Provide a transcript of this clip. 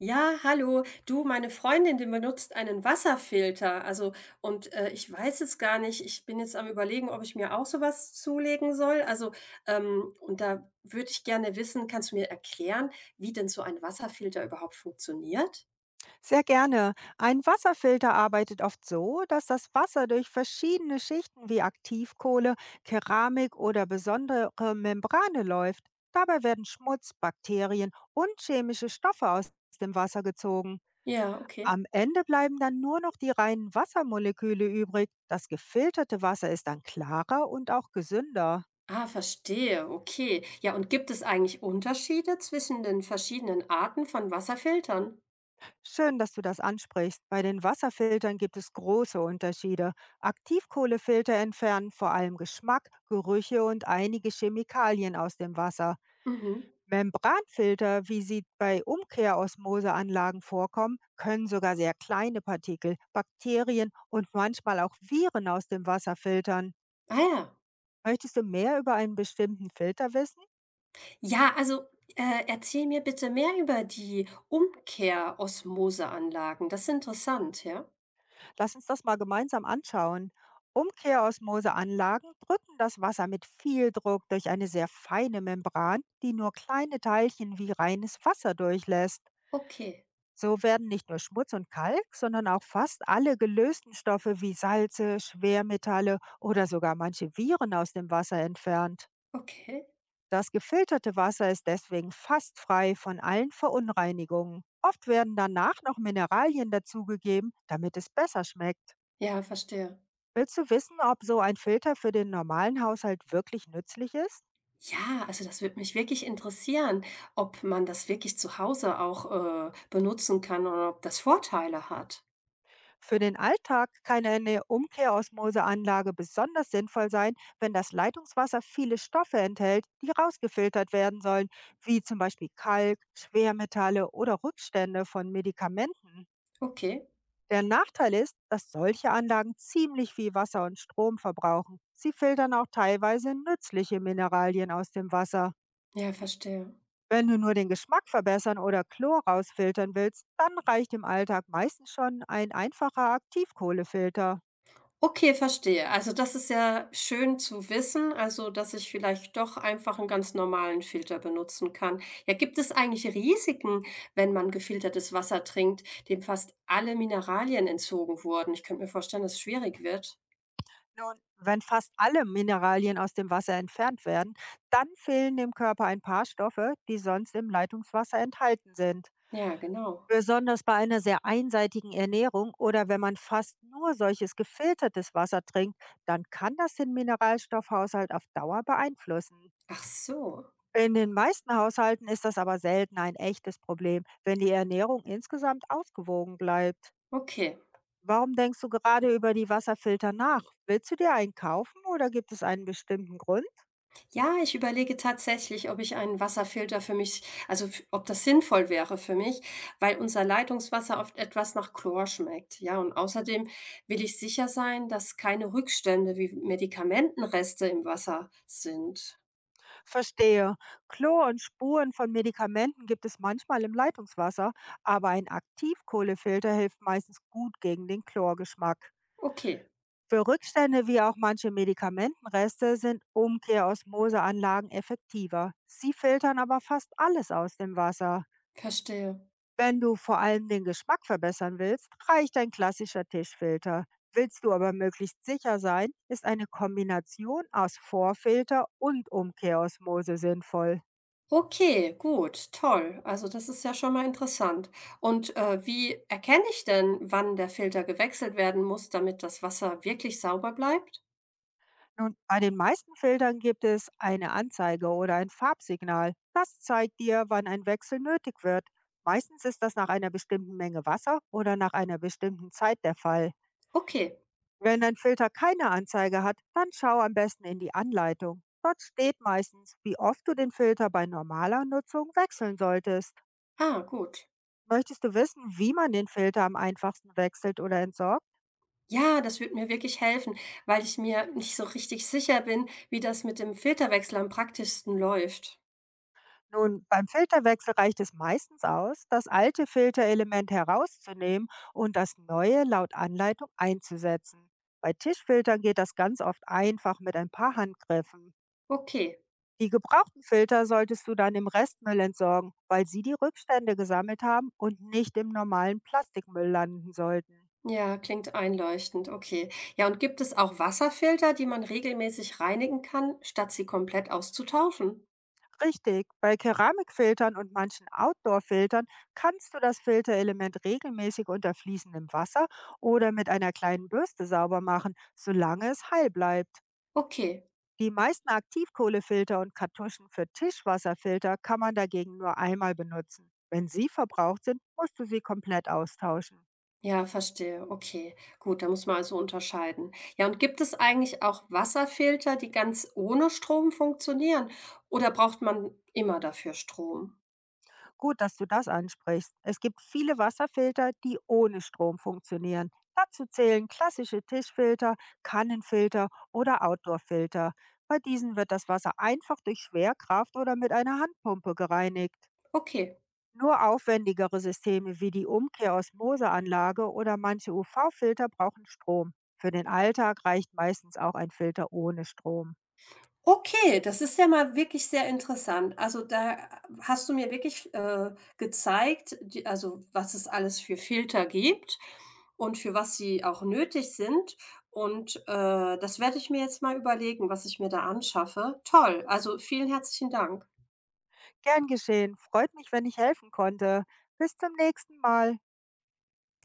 Ja, hallo. Du, meine Freundin, die benutzt einen Wasserfilter. Also, und ich weiß es gar nicht. Ich bin jetzt am Überlegen, ob ich mir auch sowas zulegen soll. Also, und da würde ich gerne wissen, kannst du mir erklären, wie denn so ein Wasserfilter überhaupt funktioniert? Sehr gerne. Ein Wasserfilter arbeitet oft so, dass das Wasser durch verschiedene Schichten wie Aktivkohle, Keramik oder besondere Membrane läuft. Dabei werden Schmutz, Bakterien und chemische Stoffe aus dem Wasser gezogen. Ja, okay. Am Ende bleiben dann nur noch die reinen Wassermoleküle übrig. Das gefilterte Wasser ist dann klarer und auch gesünder. Ah, verstehe, okay. Ja, und gibt es eigentlich Unterschiede zwischen den verschiedenen Arten von Wasserfiltern? Schön, dass du das ansprichst. Bei den Wasserfiltern gibt es große Unterschiede. Aktivkohlefilter entfernen vor allem Geschmack, Gerüche und einige Chemikalien aus dem Wasser. Mhm. Membranfilter, wie sie bei Umkehrosmoseanlagen vorkommen, können sogar sehr kleine Partikel, Bakterien und manchmal auch Viren aus dem Wasser filtern. Ah ja. Möchtest du mehr über einen bestimmten Filter wissen? Ja, also erzähl mir bitte mehr über die Umkehrosmoseanlagen. Das ist interessant, ja? Lass uns das mal gemeinsam anschauen. Umkehrosmoseanlagen drücken das Wasser mit viel Druck durch eine sehr feine Membran, die nur kleine Teilchen wie reines Wasser durchlässt. Okay, So werden nicht nur Schmutz und Kalk, sondern auch fast alle gelösten Stoffe wie Salze, Schwermetalle oder sogar manche Viren aus dem Wasser entfernt. okay. Das gefilterte Wasser ist deswegen fast frei von allen Verunreinigungen. Oft werden danach noch Mineralien dazugegeben, damit es besser schmeckt. Ja, verstehe. Willst du wissen, ob so ein Filter für den normalen Haushalt wirklich nützlich ist? Ja, also das würde mich wirklich interessieren, ob man das wirklich zu Hause auch benutzen kann oder ob das Vorteile hat. Für den Alltag kann eine Umkehrosmoseanlage besonders sinnvoll sein, wenn das Leitungswasser viele Stoffe enthält, die rausgefiltert werden sollen, wie zum Beispiel Kalk, Schwermetalle oder Rückstände von Medikamenten. Okay, Der Nachteil ist, dass solche Anlagen ziemlich viel Wasser und Strom verbrauchen. Sie filtern auch teilweise nützliche Mineralien aus dem Wasser. ja, verstehe. Wenn du nur den Geschmack verbessern oder Chlor rausfiltern willst, dann reicht im Alltag meistens schon ein einfacher Aktivkohlefilter. Okay, verstehe. Also, das ist ja schön zu wissen, also, dass ich vielleicht doch einfach einen ganz normalen Filter benutzen kann. Ja, gibt es eigentlich Risiken, wenn man gefiltertes Wasser trinkt, dem fast alle Mineralien entzogen wurden? Ich könnte mir vorstellen, dass es schwierig wird. Nun, wenn fast alle Mineralien aus dem Wasser entfernt werden, dann fehlen dem Körper ein paar Stoffe, die sonst im Leitungswasser enthalten sind. Ja, genau. Besonders bei einer sehr einseitigen Ernährung oder wenn man fast nur solches gefiltertes Wasser trinkt, dann kann das den Mineralstoffhaushalt auf Dauer beeinflussen. Ach so, In den meisten Haushalten ist das aber selten ein echtes Problem, wenn die Ernährung insgesamt ausgewogen bleibt. okay. Warum denkst du gerade über die Wasserfilter nach? Willst du dir einen kaufen oder gibt es einen bestimmten Grund? Ja, ich überlege tatsächlich, ob ich einen Wasserfilter für mich also, f ob das sinnvoll wäre für mich, weil unser Leitungswasser oft etwas nach Chlor schmeckt, ja? Und außerdem will ich sicher sein, dass keine Rückstände wie Medikamentenreste im Wasser sind. Verstehe. Chlor und Spuren von Medikamenten gibt es manchmal im Leitungswasser, aber ein Aktivkohlefilter hilft meistens gut gegen den Chlorgeschmack. Okay, Für Rückstände wie auch manche Medikamentenreste sind Umkehrosmoseanlagen effektiver. Sie filtern aber fast alles aus dem Wasser. verstehe. Wenn du vor allem den Geschmack verbessern willst, reicht ein klassischer Tischfilter. Willst du aber möglichst sicher sein, ist eine Kombination aus Vorfilter und Umkehrosmose sinnvoll. Okay, gut, toll. Also, das ist ja schon mal interessant. Und, wie erkenne ich denn, wann der Filter gewechselt werden muss, damit das Wasser wirklich sauber bleibt? Nun, bei den meisten Filtern gibt es eine Anzeige oder ein Farbsignal. Das zeigt dir, wann ein Wechsel nötig wird. Meistens ist das nach einer bestimmten Menge Wasser oder nach einer bestimmten Zeit der Fall. Okay, Wenn ein Filter keine Anzeige hat, dann schau am besten in die Anleitung. Dort steht meistens, wie oft du den Filter bei normaler Nutzung wechseln solltest. ah, gut. Möchtest du wissen, wie man den Filter am einfachsten wechselt oder entsorgt? Ja, das würde mir wirklich helfen, weil ich mir nicht so richtig sicher bin, wie das mit dem Filterwechsel am praktischsten läuft. Nun, beim Filterwechsel reicht es meistens aus, das alte Filterelement herauszunehmen und das neue laut Anleitung einzusetzen. Bei Tischfiltern geht das ganz oft einfach mit ein paar Handgriffen. Okay. Die gebrauchten Filter solltest du dann im Restmüll entsorgen, weil sie die Rückstände gesammelt haben und nicht im normalen Plastikmüll landen sollten. Ja, klingt einleuchtend. Okay. Ja, und gibt es auch Wasserfilter, die man regelmäßig reinigen kann, statt sie komplett auszutauschen? Richtig, bei Keramikfiltern und manchen Outdoor-Filtern kannst du das Filterelement regelmäßig unter fließendem Wasser oder mit einer kleinen Bürste sauber machen, solange es heil bleibt. Okay. Die meisten Aktivkohlefilter und Kartuschen für Tischwasserfilter kann man dagegen nur einmal benutzen. Wenn sie verbraucht sind, musst du sie komplett austauschen. Ja, verstehe. Okay. Gut, da muss man also unterscheiden. Ja, und gibt es eigentlich auch Wasserfilter, die ganz ohne Strom funktionieren? Oder braucht man immer dafür Strom? Gut, dass du das ansprichst. Es gibt viele Wasserfilter, die ohne Strom funktionieren. Dazu zählen klassische Tischfilter, Kannenfilter oder Outdoorfilter. Bei diesen wird das Wasser einfach durch Schwerkraft oder mit einer Handpumpe gereinigt. Okay. Nur aufwendigere Systeme wie die Umkehrosmoseanlage oder manche UV-Filter brauchen Strom. Für den Alltag reicht meistens auch ein Filter ohne Strom. Okay, das ist ja mal wirklich sehr interessant. Also, da hast du mir wirklich, gezeigt, die also, was es alles für Filter gibt und für was sie auch nötig sind. Und, das werde ich mir jetzt mal überlegen, was ich mir da anschaffe. Toll, also, vielen herzlichen Dank. Gern geschehen, freut mich, wenn ich helfen konnte. Bis zum nächsten Mal.